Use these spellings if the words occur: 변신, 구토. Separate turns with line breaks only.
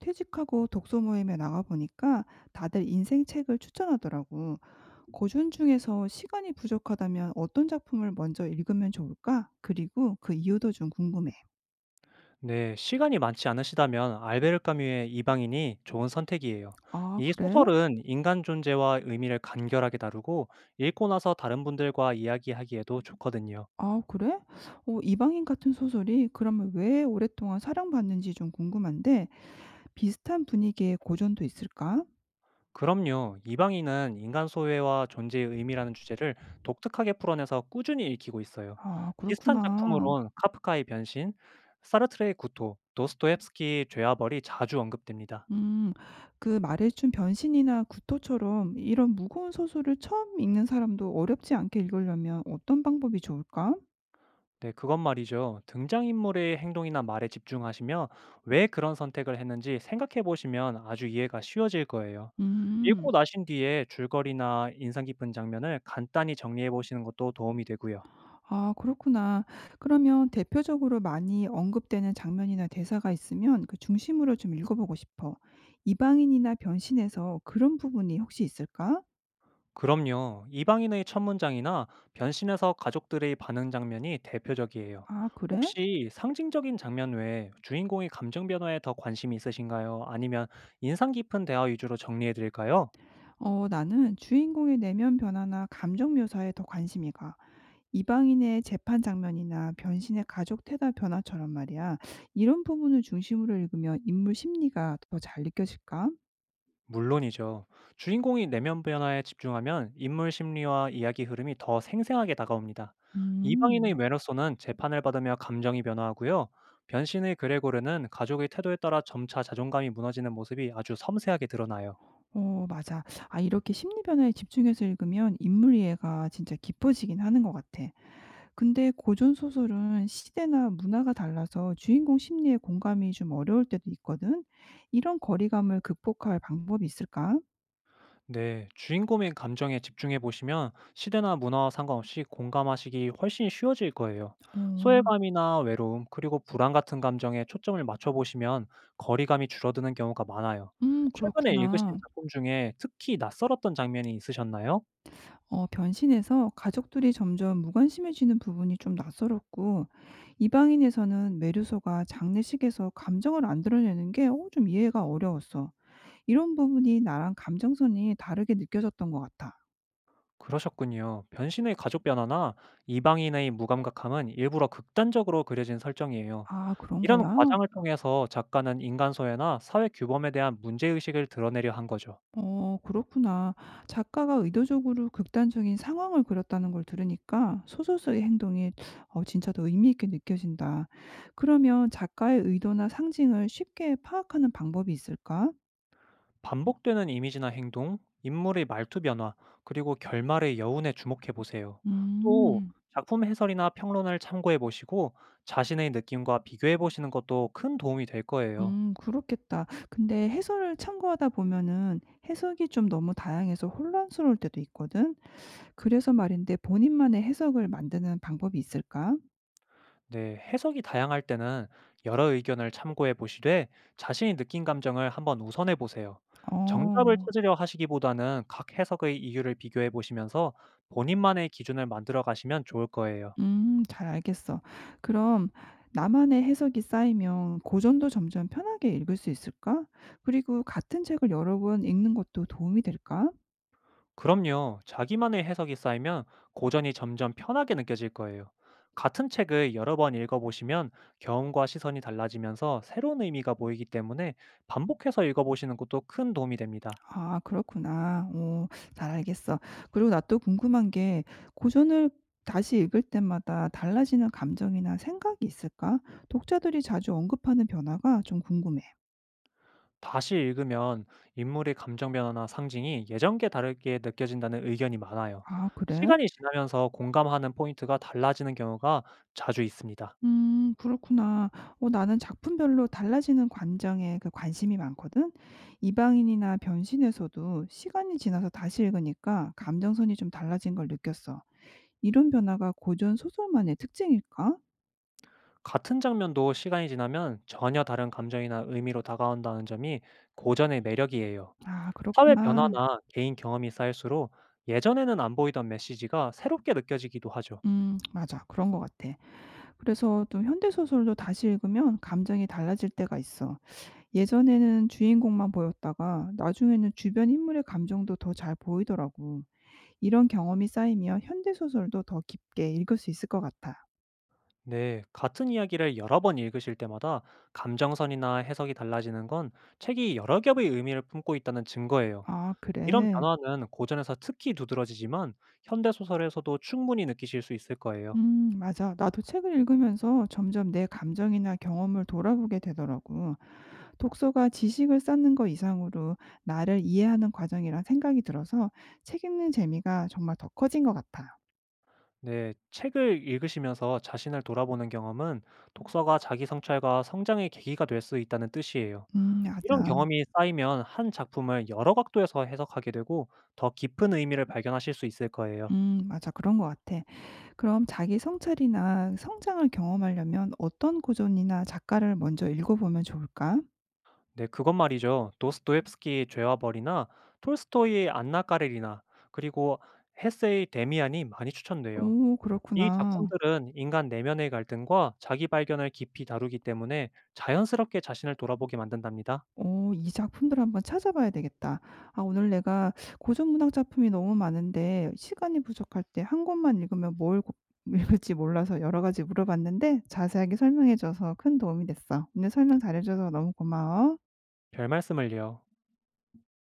퇴직하고 독서 모임에 나가보니까 다들 인생책을 추천하더라고. 고전 중에서 시간이 부족하다면 어떤 작품을 먼저 읽으면 좋을까? 그리고 그 이유도 좀 궁금해.
네, 시간이 많지 않으시다면 알베르 까뮈의 이방인이 좋은 선택이에요.
아,
이
그래?
소설은 인간 존재와 의미를 간결하게 다루고 읽고 나서 다른 분들과 이야기하기에도 좋거든요.
아, 그래? 어, 이방인 같은 소설이 그러면 왜 오랫동안 사랑받는지 좀 궁금한데 비슷한 분위기의 고전도 있을까?
그럼요, 이방인은 인간 소외와 존재의 의미라는 주제를 독특하게 풀어내서 꾸준히 읽히고 있어요.
아,
비슷한
그렇구나.
작품으론 카프카의 변신, 사르트르의 구토, 도스토옙스키의 죄와 벌이 자주 언급됩니다.
음. 그 말해준 변신이나 구토처럼 이런 무거운 소설을 처음 읽는 사람도 어렵지 않게 읽으려면 어떤 방법이 좋을까?
네, 그건 말이죠. 등장인물의 행동이나 말에 집중하시며 왜 그런 선택을 했는지 생각해 보시면 아주 이해가 쉬워질 거예요.
음.
읽고 나신 뒤에 줄거리나 인상 깊은 장면을 간단히 정리해 보시는 것도 도움이 되고요.
아, 그렇구나. 그러면 대표적으로 많이 언급되는 장면이나 대사가 있으면 그 중심으로 좀 읽어보고 싶어. 이방인이나 변신에서 그런 부분이 혹시 있을까?
그럼요. 이방인의 첫 문장이나 변신해서 가족들의 반응 장면이 대표적이에요.
아, 그래?
혹시 상징적인 장면 외에 주인공의 감정 변화에 더 관심이 있으신가요? 아니면 인상 깊은 대화 위주로 정리해 드릴까요?
어, 나는 주인공의 내면 변화나 감정 묘사에 더 관심이 가. 이방인의 재판 장면이나 변신의 가족 태다 변화처럼 말이야. 이런 부분을 중심으로 읽으면 인물 심리가 더 잘 느껴질까?
물론이죠. 주인공이 내면 변화에 집중하면 인물 심리와 이야기 흐름이 더 생생하게 다가옵니다. 이방인의
음,
메로소는 재판을 받으며 감정이 변화하고요. 변신의 그레고르는 가족의 태도에 따라 점차 자존감이 무너지는 모습이 아주 섬세하게 드러나요.
어, 맞아. 아, 이렇게 심리 변화에 집중해서 읽으면 인물 이해가 진짜 깊어지긴 하는 것 같아. 근데 고전 소설은 시대나 문화가 달라서 주인공 심리에 공감이 좀 어려울 때도 있거든. 이런 거리감을 극복할 방법이 있을까?
네, 주인공의 감정에 집중해 보시면 시대나 문화와 상관없이 공감하시기 훨씬 쉬워질 거예요.
어.
소외감이나 외로움, 그리고 불안 같은 감정에 초점을 맞춰 보시면 거리감이 줄어드는 경우가 많아요. 최근에 읽으신
그렇구나.
작품 중에 특히 낯설었던 장면이 있으셨나요?
어, 변신해서 가족들이 점점 무관심해지는 부분이 좀 낯설었고, 이방인에서는 매료소가 장례식에서 감정을 안 드러내는 게 어, 좀 이해가 어려웠어. 이런 부분이 나랑 감정선이 다르게 느껴졌던 것 같아.
그러셨군요. 변신의 가족 변화나 이방인의 무감각함은 일부러 극단적으로 그려진 설정이에요.
아, 그런
이런
거야?
과장을 통해서 작가는 인간 소외나 사회 규범에 대한 문제의식을 드러내려 한 거죠.
어, 그렇구나. 작가가 의도적으로 극단적인 상황을 그렸다는 걸 들으니까 소설 속의 행동이 어, 진짜 더 의미 있게 느껴진다. 그러면 작가의 의도나 상징을 쉽게 파악하는 방법이 있을까?
반복되는 이미지나 행동, 인물의 말투 변화, 그리고 결말의 여운에 주목해 보세요. 또
음.
작품 해설이나 평론을 참고해 보시고 자신의 느낌과 비교해 보시는 것도 큰 도움이 될 거예요.
그렇겠다. 근데 해설을 참고하다 보면은 해석이 좀 너무 다양해서 혼란스러울 때도 있거든. 그래서 말인데 본인만의 해석을 만드는 방법이 있을까?
네, 해석이 다양할 때는 여러 의견을 참고해 보시되 자신이 느낀 감정을 한번 우선해 보세요. 정답을
어.
찾으려 하시기보다는 각 해석의 이유를 비교해 보시면서 본인만의 기준을 만들어 가시면 좋을 거예요.
잘 알겠어. 그럼 나만의 해석이 쌓이면 고전도 점점 편하게 읽을 수 있을까? 그리고 같은 책을 여러 번 읽는 것도 도움이 될까?
그럼요. 자기만의 해석이 쌓이면 고전이 점점 편하게 느껴질 거예요. 같은 책을 여러 번 읽어보시면 경험과 시선이 달라지면서 새로운 의미가 보이기 때문에 반복해서 읽어보시는 것도 큰 도움이 됩니다.
아, 그렇구나. 오, 잘 알겠어. 그리고 나 또 궁금한 게 고전을 다시 읽을 때마다 달라지는 감정이나 생각이 있을까? 독자들이 자주 언급하는 변화가 좀 궁금해.
다시 읽으면 인물의 감정 변화나 상징이 예전과 다르게 느껴진다는 의견이 많아요.
아, 그래?
시간이 지나면서 공감하는 포인트가 달라지는 경우가 자주 있습니다.
음, 그렇구나. 어, 나는 작품별로 달라지는 관정에 그 관심이 많거든. 이방인이나 변신에서도 시간이 지나서 다시 읽으니까 감정선이 좀 달라진 걸 느꼈어. 이런 변화가 고전 소설만의 특징일까?
같은 장면도 시간이 지나면 전혀 다른 감정이나 의미로 다가온다는 점이 고전의 매력이에요.
아,
사회
그렇구나.
변화나 개인 경험이 쌓일수록 예전에는 안 보이던 메시지가 새롭게 느껴지기도 하죠.
음, 맞아. 그런 것 같아. 그래서 또 현대 소설도 다시 읽으면 감정이 달라질 때가 있어. 예전에는 주인공만 보였다가 나중에는 주변 인물의 감정도 더 잘 보이더라고. 이런 경험이 쌓이면 현대 소설도 더 깊게 읽을 수 있을 것 같아.
네, 같은 이야기를 여러 번 읽으실 때마다 감정선이나 해석이 달라지는 건 책이 여러 겹의 의미를 품고 있다는 증거예요.
아, 그래?
이런 변화는 고전에서 특히 두드러지지만 현대소설에서도 충분히 느끼실 수 있을 거예요.
맞아. 나도 책을 읽으면서 점점 내 감정이나 경험을 돌아보게 되더라고. 독서가 지식을 쌓는 것 이상으로 나를 이해하는 과정이란 생각이 들어서 책 읽는 재미가 정말 더 커진 것 같아.
네, 책을 읽으시면서 자신을 돌아보는 경험은 독서가 자기 성찰과 성장의 계기가 될 수 있다는 뜻이에요. 이런
맞아.
경험이 쌓이면 한 작품을 여러 각도에서 해석하게 되고 더 깊은 의미를 발견하실 수 있을 거예요.
맞아. 그런 것 같아. 그럼 자기 성찰이나 성장을 경험하려면 어떤 고전이나 작가를 먼저 읽어보면 좋을까?
네, 그건 말이죠. 도스토옙스키의 죄와 벌이나 톨스토이의 안나 까레리나 그리고 헤세의 데미안이 많이 추천돼요.
오,
이
그렇구나.
작품들은 인간 내면의 갈등과 자기 발견을 깊이 다루기 때문에 자연스럽게 자신을 돌아보게 만든답니다.
어, 이 작품들 한번 찾아봐야 되겠다. 아, 오늘 내가 고전 문학 작품이 너무 많은데 시간이 부족할 때 한 권만 읽으면 뭘 고 읽을지 몰라서 여러 가지 물어봤는데 자세하게 설명해 줘서 큰 도움이 됐어. 오늘 설명 잘해 줘서 너무 고마워.
별 말씀을요.